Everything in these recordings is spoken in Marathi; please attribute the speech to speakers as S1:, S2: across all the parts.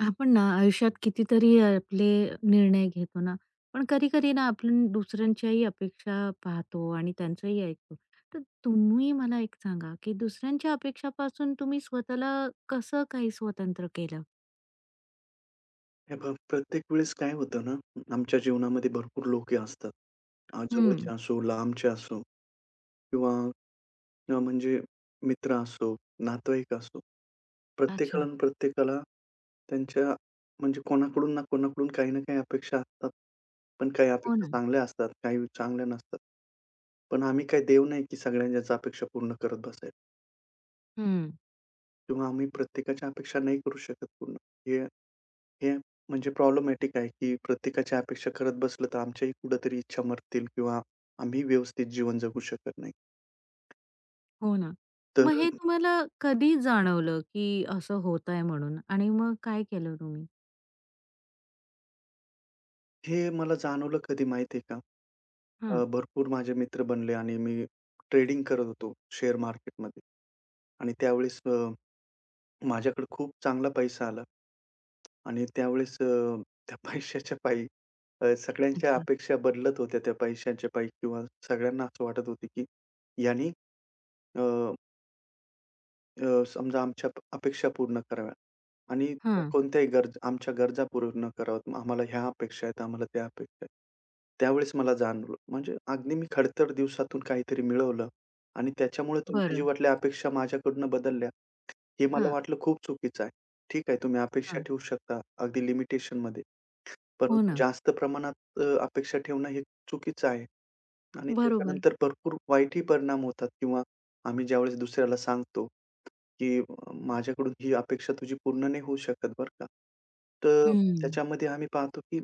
S1: आपण ना आयुष्यात कितीतरी आपले निर्णय घेतो ना, पण कधी-कधी ना आपण दुसऱ्यांच्याही अपेक्षा पाहतो आणि त्यांचंही ऐकतो. तर तुम्ही मला एक सांगा, की दुसऱ्यांच्या अपेक्षापासून तुम्ही स्वतःला कसं काही स्वतंत्र केलं?
S2: हे बघ, प्रत्येक वेळेस काय होतं ना, आमच्या जीवनामध्ये भरपूर लोकं असतात.
S1: हं.
S2: जवळचे असो, लांबचे असो किंवा अ, म्हणजे मित्र असो, नातेवाईक असो. प्रत्येकाला
S1: अच्छा.
S2: ना प्रत्येकाला त्यांच्या म्हणजे कोणाकडून ना कोणाकडून काही ना काही अपेक्षा असतात. पण काही
S1: हो
S2: अपेक्षा
S1: ना.
S2: चांगल्या असतात, काही चांगल्या नसतात. पण आम्ही काही देव नाही, की सगळ्यांच्याच अपेक्षा पूर्ण करत बसायला
S1: हं.
S2: किंवा आम्ही प्रत्येकाच्या अपेक्षा नाही करू शकत पूर्ण. हे हे म्हणजे प्रॉब्लेमॅटिक आहे, की प्रत्येकाच्या अपेक्षा करत बसलं, तर आमच्याही कुठेतरी इच्छा मरतील किंवा आम्ही व्यवस्थित जीवन जगू शकत नाही.
S1: हो ना.
S2: तर
S1: मग हे तुम्हाला कधी जाणवलं, की असं होतंय म्हणून आणि मग काय केलं तुम्ही?
S2: हे मला जाणवलं कधी माहिती आहे का?
S1: हं.
S2: भरपूर माझे मित्र बनले आणि मी ट्रेडिंग करत होतो शेअर मार्केटमध्ये आणि त्यावेळेस माझ्याकडे खूप चांगला पैसा आला आणि त्यावेळेस त्या पैशाच्या पायी सगळ्यांच्या
S1: अच्छा.
S2: अपेक्षा बदलत होत्या त्या पैशांच्या पायी किंवा सगळ्यांना असं वाटत होतं, की याने अ, अ, समजा आमच्या अपेक्षा पूर्ण कराव्या आणि त्या
S1: हां.
S2: कोणत्याही गरज आमच्या गरजा पूर्ण कराव्यात. आम्हाला ह्या अपेक्षा आहेत, आम्हाला त्या अपेक्षा आहेत. त्यावेळेस मला जाणवलं म्हणजे अगदी मी खडतर दिवसातून काहीतरी मिळवलं आणि त्याच्यामुळे तुमच्या
S1: बरं.
S2: जीवातल्या अपेक्षा माझ्याकडून बदलल्या. हे मला
S1: हां.
S2: वाटलं खूप चुकीचं आहे. ठीक आहे, तुम्ही अपेक्षा
S1: हां.
S2: ठेवू शकता अगदी लिमिटेशनमध्ये.
S1: हो
S2: परंतु
S1: ना.
S2: जास्त प्रमाणात अपेक्षा ठेवणं हे चुकीचं आहे. आणि
S1: बरोबर.
S2: त्याच्यानंतर भरपूर वाईटही परिणाम होतात किंवा आम्ही ज्यावेळेस दुसऱ्याला सांगतो, की माझ्याकडून ही अपेक्षा तुझी पूर्ण नाही होऊ शकत बरं का. तर
S1: हं.
S2: त्याच्यामध्ये आम्ही पाहतो, की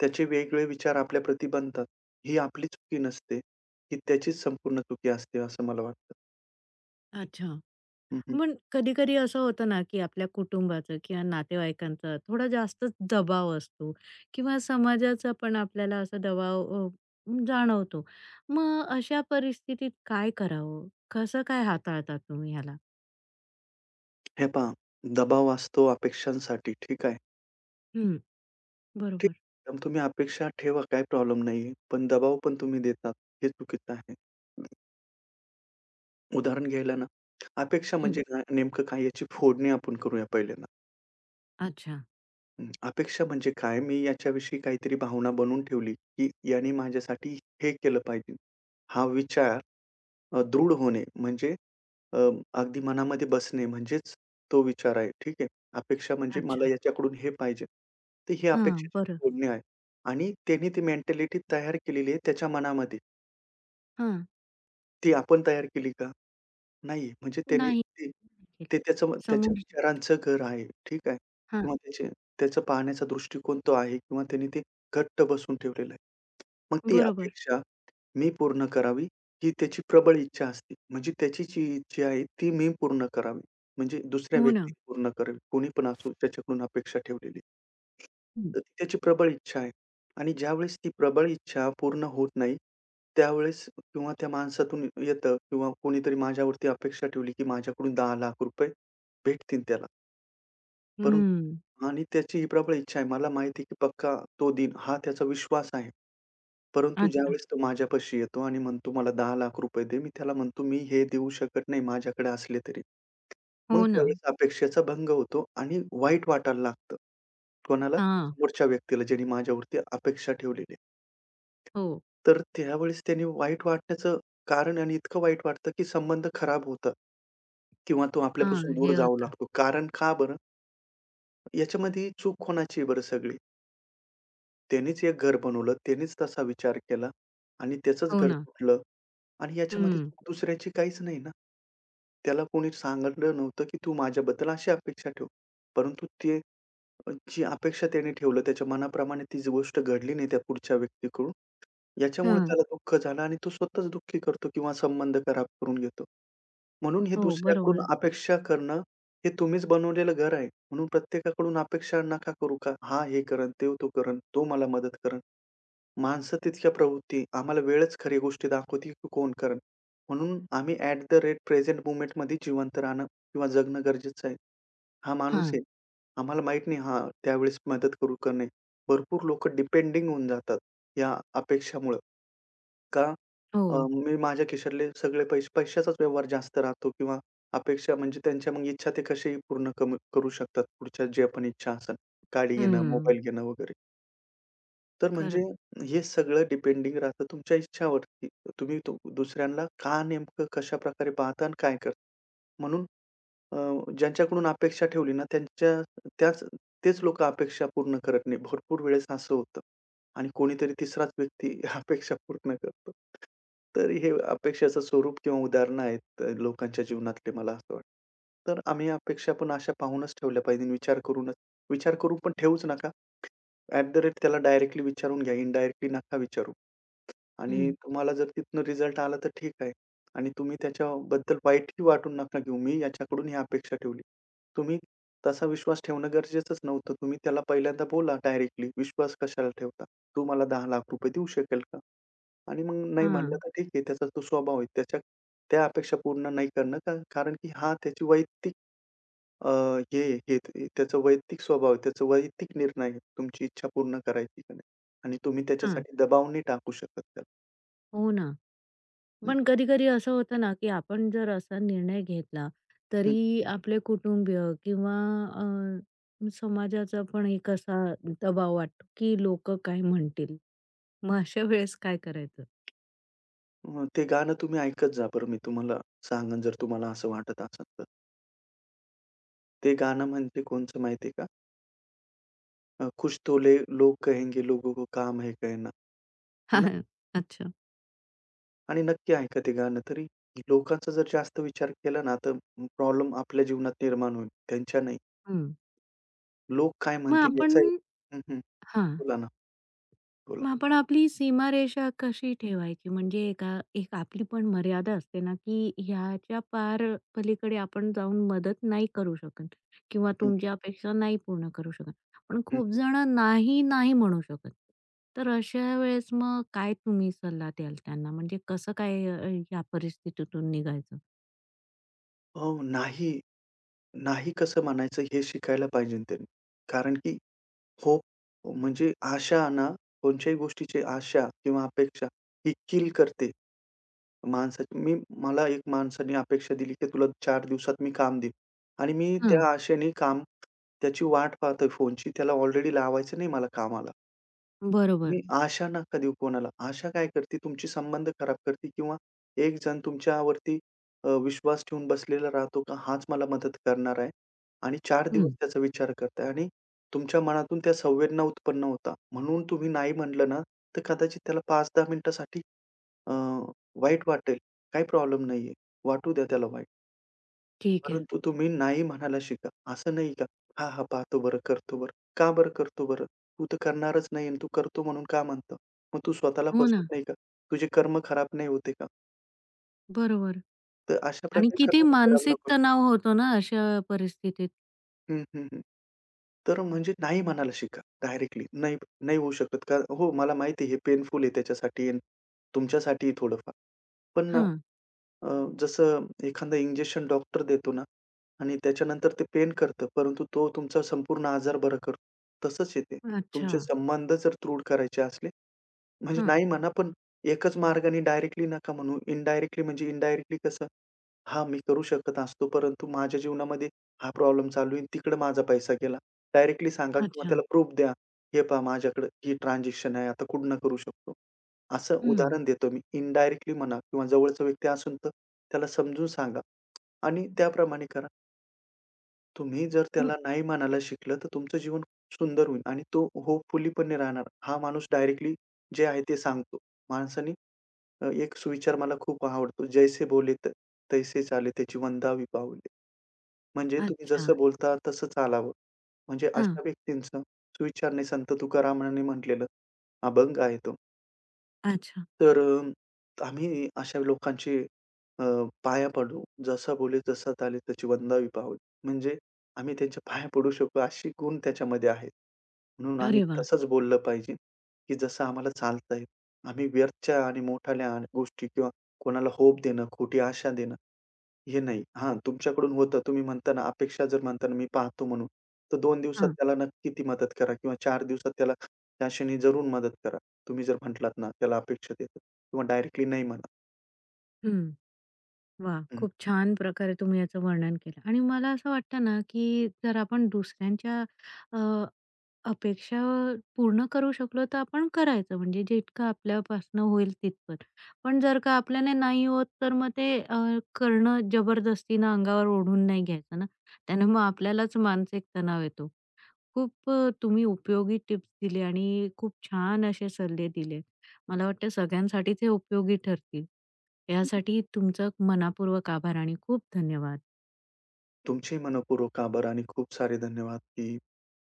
S2: त्याचे वेगळे विचार आपल्याप्रती बनतात. ही आपली चुकी नसते. ही त्याचीच संपूर्ण चुकी असते असं मला वाटतं.
S1: अच्छा.
S2: हं, हं.
S1: पण कधी-कधी असं होतं ना, की आपल्या कुटुंबाचं किंवा नातेवाईकांचा थोडा जास्तच दबाव असतो किंवा समाजाचा पण आपल्याला असा दबाव जाणवतो. मग अशा परिस्थितीत काय करावं? कसं काय हाताळतात तुम्ही ह्याला?
S2: हे पहा दबाव असतो अपेक्षांसाठी ठीक आहे.
S1: हं,
S2: ठीक
S1: बरोबर.
S2: आहे. तुम्ही अपेक्षा ठेवा काही प्रॉब्लेम नाहीये. पण दबाव पण तुम्ही देतात हे चुकीचं आहे. उदाहरण घ्यायला ना, अपेक्षा
S1: हं,
S2: म्हणजे काय नेमकं काय याची फोडणी आपण करूया पहिल्यांदा.
S1: अच्छा.
S2: हं, अपेक्षा म्हणजे काय? मी याच्याविषयी काहीतरी भावना बनवून ठेवली, की याने माझ्यासाठी हे केलं पाहिजे. हा विचार दृढ होणे म्हणजे अ, अगदी मनामध्ये बसणे म्हणजेच तो विचार आहे. ठीक आहे. अपेक्षा म्हणजे मला
S1: अच्छा.
S2: याच्याकडून हे पाहिजे. तर ही
S1: हां,
S2: अपेक्षेची
S1: बरं.
S2: फोडणी आहे आणि त्याने ती मेंटॅलिटी तयार केलेली आहे त्याच्या मनामध्ये.
S1: हां,
S2: ती आपण तयार केली का? नाही, म्हणजे त्यांनी
S1: नाही
S2: ते
S1: केलं.
S2: ते त्याचं त्याच्या
S1: समोरच्या
S2: विचारांचं घर आहे, ठीक आहे.
S1: हां,
S2: किंवा त्याचे त्याचा पाहण्याचा दृष्टिकोन तो आहे किंवा त्यांनी ते घट्ट बसवून ठेवलेलं आहे. मग ती
S1: बरोबर.
S2: अपेक्षा मी पूर्ण करावी, ही त्याची प्रबळ इच्छा असते. म्हणजे त्याची जी इच्छा आहे, ती मी पूर्ण करावी. म्हणजे दुसऱ्या
S1: हो ना.
S2: व्यक्तीने पूर्ण करावी. कोणी पण असो त्याच्याकडून अपेक्षा ठेवलेली.
S1: हं.
S2: तर ती त्याची प्रबळ इच्छा आहे आणि ज्यावेळेस ती प्रबळ इच्छा पूर्ण होत नाही, त्यावेळेस किंवा त्या माणसातून येतं किंवा कोणीतरी माझ्यावरती अपेक्षा ठेवली, की माझ्याकडून ₹10,00,000 भेटतील त्याला.
S1: हं,
S2: परंतु आणि त्याची ही प्रबळ इच्छा आहे. मला माहिती आहे, की पक्का तो दिन हा त्याचा विश्वास आहे. परंतु
S1: अच्छा.
S2: ज्यावेळेस तो माझ्यापाशी येतो आणि म्हणतो, "मला ₹10,00,000 दे." मी त्याला म्हणतो, "मी हे देऊ शकत नाही माझ्याकडे असले तरी." मग
S1: हो ना.
S2: त्यावेळेस अपेक्षेचा भंग होतो आणि वाईट वाटायला लागतं. कोणाला?
S1: हां,
S2: समोरच्या व्यक्तीला ज्याने माझ्यावरती अपेक्षा ठेवलेली आहे.
S1: हो.
S2: तर त्यावेळेस त्याने वाईट वाटण्याचं कारण आणि इतकं वाईट वाटतं, की संबंध खराब होतात किंवा तो
S1: हां,
S2: आपल्यापासून दूर
S1: हे
S2: जाऊ
S1: होतं.
S2: लागतो. कारण का बरं? याच्यामध्ये चूक कोणाची आहे बरं सगळी? त्यानेच एक घर बनवलं, त्यानेच तसा विचार केला आणि त्याचंच
S1: हो
S2: घर
S1: ना.
S2: तुटलं आणि याच्यामध्ये
S1: हं,
S2: चूक दुसऱ्याची काहीच नाही ना. त्याला कोणी सांगितलं नव्हतं, की तू माझ्याबद्दल अशी अपेक्षा ठेव. परंतु ते जी अपेक्षा त्याने ठेवलं, त्याच्या मनाप्रमाणे ती जी गोष्ट घडली नाही त्या पुढच्या व्यक्तीकडून, याच्यामुळे
S1: हां.
S2: त्याला दुःख झालं आणि तो स्वतःच दुःखी करतो किंवा संबंध खराब करून घेतो. म्हणून हे
S1: हो,
S2: दुसऱ्याकडून
S1: बरोबर.
S2: अपेक्षा करणं, हे तुम्हीच बनवलेलं घर आहे. म्हणून प्रत्येकाकडून अपेक्षा नका करू का, हा हे करेल, ते तो करेल, तो मला मदत करेल. माणसं तितक्या प्रवृत्ती, आम्हाला वेळच खरी गोष्टी दाखवते की कोण करेल. म्हणून आम्ही ॲट द रेट प्रेझेंट मोमेंटमध्ये जिवंत राहणं किंवा जगणं गरजेचं आहे. हा माणूस
S1: हां.
S2: आहे. आम्हाला माहीत नाही हां, त्यावेळेस मदत करू का नाही. भरपूर लोकं डिपेंडिंग होऊन जातात या अपेक्षामुळं. का
S1: हो.
S2: अ, मी माझ्या खिशातले सगळे पैसे पैशाचाच व्यवहार जास्त राहतो किंवा अपेक्षा म्हणजे त्यांच्या मग इच्छा ते कशाही पूर्ण कम करू शकतात. पुढच्या जे पण इच्छा असेल, गाडी घेणं,
S1: हं.
S2: मोबाईल घेणं वगैरे. तर म्हणजे
S1: खरं.
S2: हे सगळं डिपेंडिंग राहतं तुमच्या इच्छावरती. तुम्ही तो दुसऱ्यांना का नेमकं कशाप्रकारे पाहता आणि काय करता? म्हणून अ, ज्यांच्याकडून अपेक्षा ठेवली ना, त्यांच्या त्याच तेच लोकं अपेक्षा पूर्ण करत नाही. भरपूर वेळेस असं होतं आणि कोणीतरी तिसराच व्यक्ती अपेक्षा पूर्ण करतो. तर हे अपेक्षाचं स्वरूप किंवा उदाहरणं आहेत लोकांच्या जीवनातले मला असं वाटतं. तर आम्ही अपेक्षा पण अशा पाहूनच ठेवल्या पाहिजे विचार करूनच. विचार करून पण ठेवूच नका. ॲट द रेट त्याला डायरेक्टली विचारून घ्या, इनडायरेक्टली नका विचारू. आणि
S1: हं.
S2: तुम्हाला जर तिथनं रिझल्ट आला तर ठीक आहे आणि तुम्ही त्याच्याबद्दल वाईटही वाटून नका घेऊ. मी याच्याकडून ही अपेक्षा ठेवली. तुम्ही तसा विश्वास ठेवणं गरजेचंच नव्हतं. तुम्ही त्याला पहिल्यांदा बोला डायरेक्टली, "विश्वास कशाला ठेवता? तू मला ₹10,00,000 देऊ शकेल का?" आणि मग नाही म्हणलं
S1: हां,
S2: तर ठीक आहे, त्याचा तो स्वभाव आहे. त्याच्या त्या अपेक्षा पूर्ण नाही करणं का कारण की हा त्याची वैयक्तिक अ, हे आहे, हे त्याचा वैयक्तिक स्वभाव आहे, त्याचा वैयक्तिक निर्णय आहे, तुमची इच्छा पूर्ण करायची का नाही आणि तुम्ही
S1: हां.
S2: त्याच्यासाठी दबाव नाही टाकू शकत त्याला.
S1: हो ना.
S2: हं.
S1: पण कधी-कधी असं होतं ना, की आपण जर असा निर्णय घेतला,
S2: हं.
S1: तरी आपले कुटुंबीय किंवा समाजाचा पण एक असा दबाव वाटतो, की लोक काय म्हणतील? मग अशा वेळेस काय करायचं?
S2: ते गाणं तुम्ही ऐकत जा बरं. मी तुम्हाला सांगेन जर तुम्हाला असं वाटत असेल तर. ते गाणं म्हणजे कोणचं माहिती आहे का? कुछ तो ले लोग कहेंगे लोगों को काम है कहना. है ना?
S1: अच्छा.
S2: आणि नक्की ऐका ते गाणं तरी लोकांचा जर जास्त विचार केला ना, तर प्रॉब्लेम आपल्या जीवनात निर्माण होईल, त्यांच्या नाही.
S1: हं.
S2: लोक काय
S1: मग
S2: म्हणतील
S1: आपण
S2: याचा हं, हं.
S1: हां.
S2: बोला ना, बोला.
S1: मग आपण आपली सीमारेषा कशी ठेवायची? म्हणजे एका एक आपली पण मर्यादा असते ना, की ह्याच्या पार पलीकडे आपण जाऊन मदत नाही करू शकत किंवा
S2: हं,
S1: तुमची अपेक्षा नाही पूर्ण करू शकत. पण
S2: हं,
S1: खूप
S2: हं.
S1: जण नाही, नाही म्हणू शकत. तर अशा वेळेस मग काय तुम्ही सल्ला द्याल त्यांना? म्हणजे कसं काय या परिस्थितीतून निघायचं?
S2: अहो, नाही, नाही कसं म्हणायचं हे शिकायला पाहिजे त्यांनी. कारण की हो. म्हणजे आशा ना, कोणत्याही गोष्टीची आशा किंवा अपेक्षा ही किल करते माणसाची. मला एक माणसाने अपेक्षा दिली, की तुला 4 दिवसात मी काम देईन आणि मी
S1: हां.
S2: त्या आशेने काम त्याची वाट पाहतोय फोनची. त्याला ऑलरेडी लावायचं नाही मला कामाला.
S1: बरोबर.
S2: तुम्ही आशा नका देऊ कोणाला. आशा काय करते तुमचे संबंध खराब करते किंवा एक जण तुमच्यावरती विश्वास ठेवून बसलेला राहतो का हाच मला मदत करणार आहे आणि 4 दिवस
S1: हं.
S2: त्याचा विचार करताय आणि तुमच्या मनातून त्या संवेदना उत्पन्न होतात. म्हणून तुम्ही नाही म्हटलं ना, तर कदाचित त्याला 5-10 मिनिटासाठी अ, वाईट वाटेल. काही प्रॉब्लेम नाहीये. वाटू द्या त्याला वाईट.
S1: ठीक आहे.
S2: परंतु तुम्ही नाही म्हणायला शिका. असं नाही का, "हां, हां, पाहतो बरं, करतो बरं." का बरं करतो बरं? तू तर करणारच नाही आणि तू करतो म्हणून का म्हणतो? मग तू स्वतःला
S1: हो ना.
S2: फसवत नाही का? तुझे कर्म खराब नाही होते का?
S1: बरोबर
S2: तर अशा
S1: आणि
S2: प्रकारे
S1: किती
S2: कर्म खराब
S1: मानसिक
S2: नको
S1: तणाव होतो ना अशा परिस्थितीत.
S2: हं, हं, हं. तर म्हणजे नाही म्हणायला शिका डायरेक्टली. नाही नाही होऊ शकत का हो, मला माहिती आहे हे पेनफुल आहे त्याच्यासाठी आणि तुमच्यासाठीही थोडंफार. पण
S1: हां.
S2: अ, जसं एखादं इंजेक्शन डॉक्टर देतो ना आणि त्याच्यानंतर ते पेन करतं, परंतु तो तुमचा संपूर्ण आजार बरा करतो. तसंच आहे ते.
S1: अच्छा.
S2: तुमचे संबंध जर दृढ करायचे असले, म्हणजे
S1: हां.
S2: नाही म्हणा, पण एकच मार्गाने डायरेक्टली नका म्हणू. इनडायरेक्टली कसं, हां, मी करू शकत असतो, परंतु माझ्या जीवनामध्ये हा प्रॉब्लेम चालू आहे, तिकडे माझा पैसा गेला. डायरेक्टली सांगा किंवा
S1: अच्छा.
S2: त्याला प्रूफ द्या. हे पहा माझ्याकडे ही ट्रान्झॅक्शन आहे, आता कुठनं करू शकतो. असं
S1: हं.
S2: उदाहरण देतो मी. इनडायरेक्टली म्हणा किंवा जवळचा व्यक्ती असून तर त्याला समजून सांगा आणि त्याप्रमाणे करा. तुम्ही जर
S1: हं.
S2: त्याला नाही म्हणायला शिकलं, तर तुमचं जीवन सुंदर होईल आणि तो होपफुलीपणे राहणार. हा माणूस डायरेक्टली जे आहे ते सांगतो. माणसाने एक सुविचार मला खूप आवडतो. "जैसे बोले तैसे चाले, त्याची वंदावी पाऊले." म्हणजे तुम्ही
S1: अच्छा.
S2: जसं बोलता तसं चालावं. म्हणजे
S1: हां.
S2: अशा व्यक्तींचं सुविचार संत तुकारामांनी म्हटलेलं अभंग आहे तो.
S1: अच्छा.
S2: तर आम्ही अशा लोकांचे अ, पाया पडू. जसा बोले तसा चाले त्याची वंदावी पाऊल. म्हणजे आम्ही त्यांच्या पाया पडू शकू अशी गुण त्याच्यामध्ये आहेत. म्हणून आम्ही
S1: अरे वाह!
S2: तसंच बोललं पाहिजे, की जसं आम्हाला चालता येईल. आम्ही व्यर्थच्या आणि मोठाल्या गोष्टी किंवा कोणाला होप देणं, खोटी आशा देणं हे नाही. हां, तुमच्याकडून होतं. तुम्ही म्हणता ना, अपेक्षा जर म्हणता ना, मी पाहतो म्हणून. तर 2 दिवसात
S1: हां.
S2: त्याला नक्की ती मदत करा किंवा 4 दिवसात त्याला त्या क्षणी जरूर मदत करा. तुम्ही जर म्हटलात ना, त्याला अपेक्षा देतो किंवा डायरेक्टली नाही म्हणा.
S1: हं. वाह!
S2: हं.
S1: खूप छान प्रकारे तुम्ही याचं वर्णन केलं आणि मला असं वाटतं ना, की जर आपण दुसऱ्यांच्या अ, अपेक्षा पूर्ण करू शकलो, तर आपण करायचं म्हणजे जितकं आपल्यापासनं होईल तितपत. पण जर का आपल्याने नाही होत, तर मग ते करणं जबरदस्तीनं अंगावर ओढून नाही घ्यायचं ना. त्याने मग आपल्यालाच मानसिक तणाव येतो. खूप तुम्ही उपयोगी टिप्स दिले आणि खूप छान असे सल्ले दिले. मला वाटतं सगळ्यांसाठीच हे उपयोगी ठरतील. यासाठी तुमचं मनापूर्वक आभार आणि खूप धन्यवाद.
S2: तुमचे मनःपूर्वक आभार आणि खूप सारे धन्यवाद, की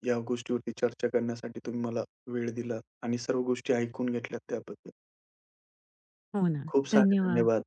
S2: या गोष्टीवरती चर्चा करण्यासाठी तुम्ही मला वेळ दिला आणि सर्व गोष्टी ऐकून घेतल्यात त्याबद्दल.
S1: हो ना.
S2: खूप सारे
S1: धन्यवाद.
S2: धन्यवाद.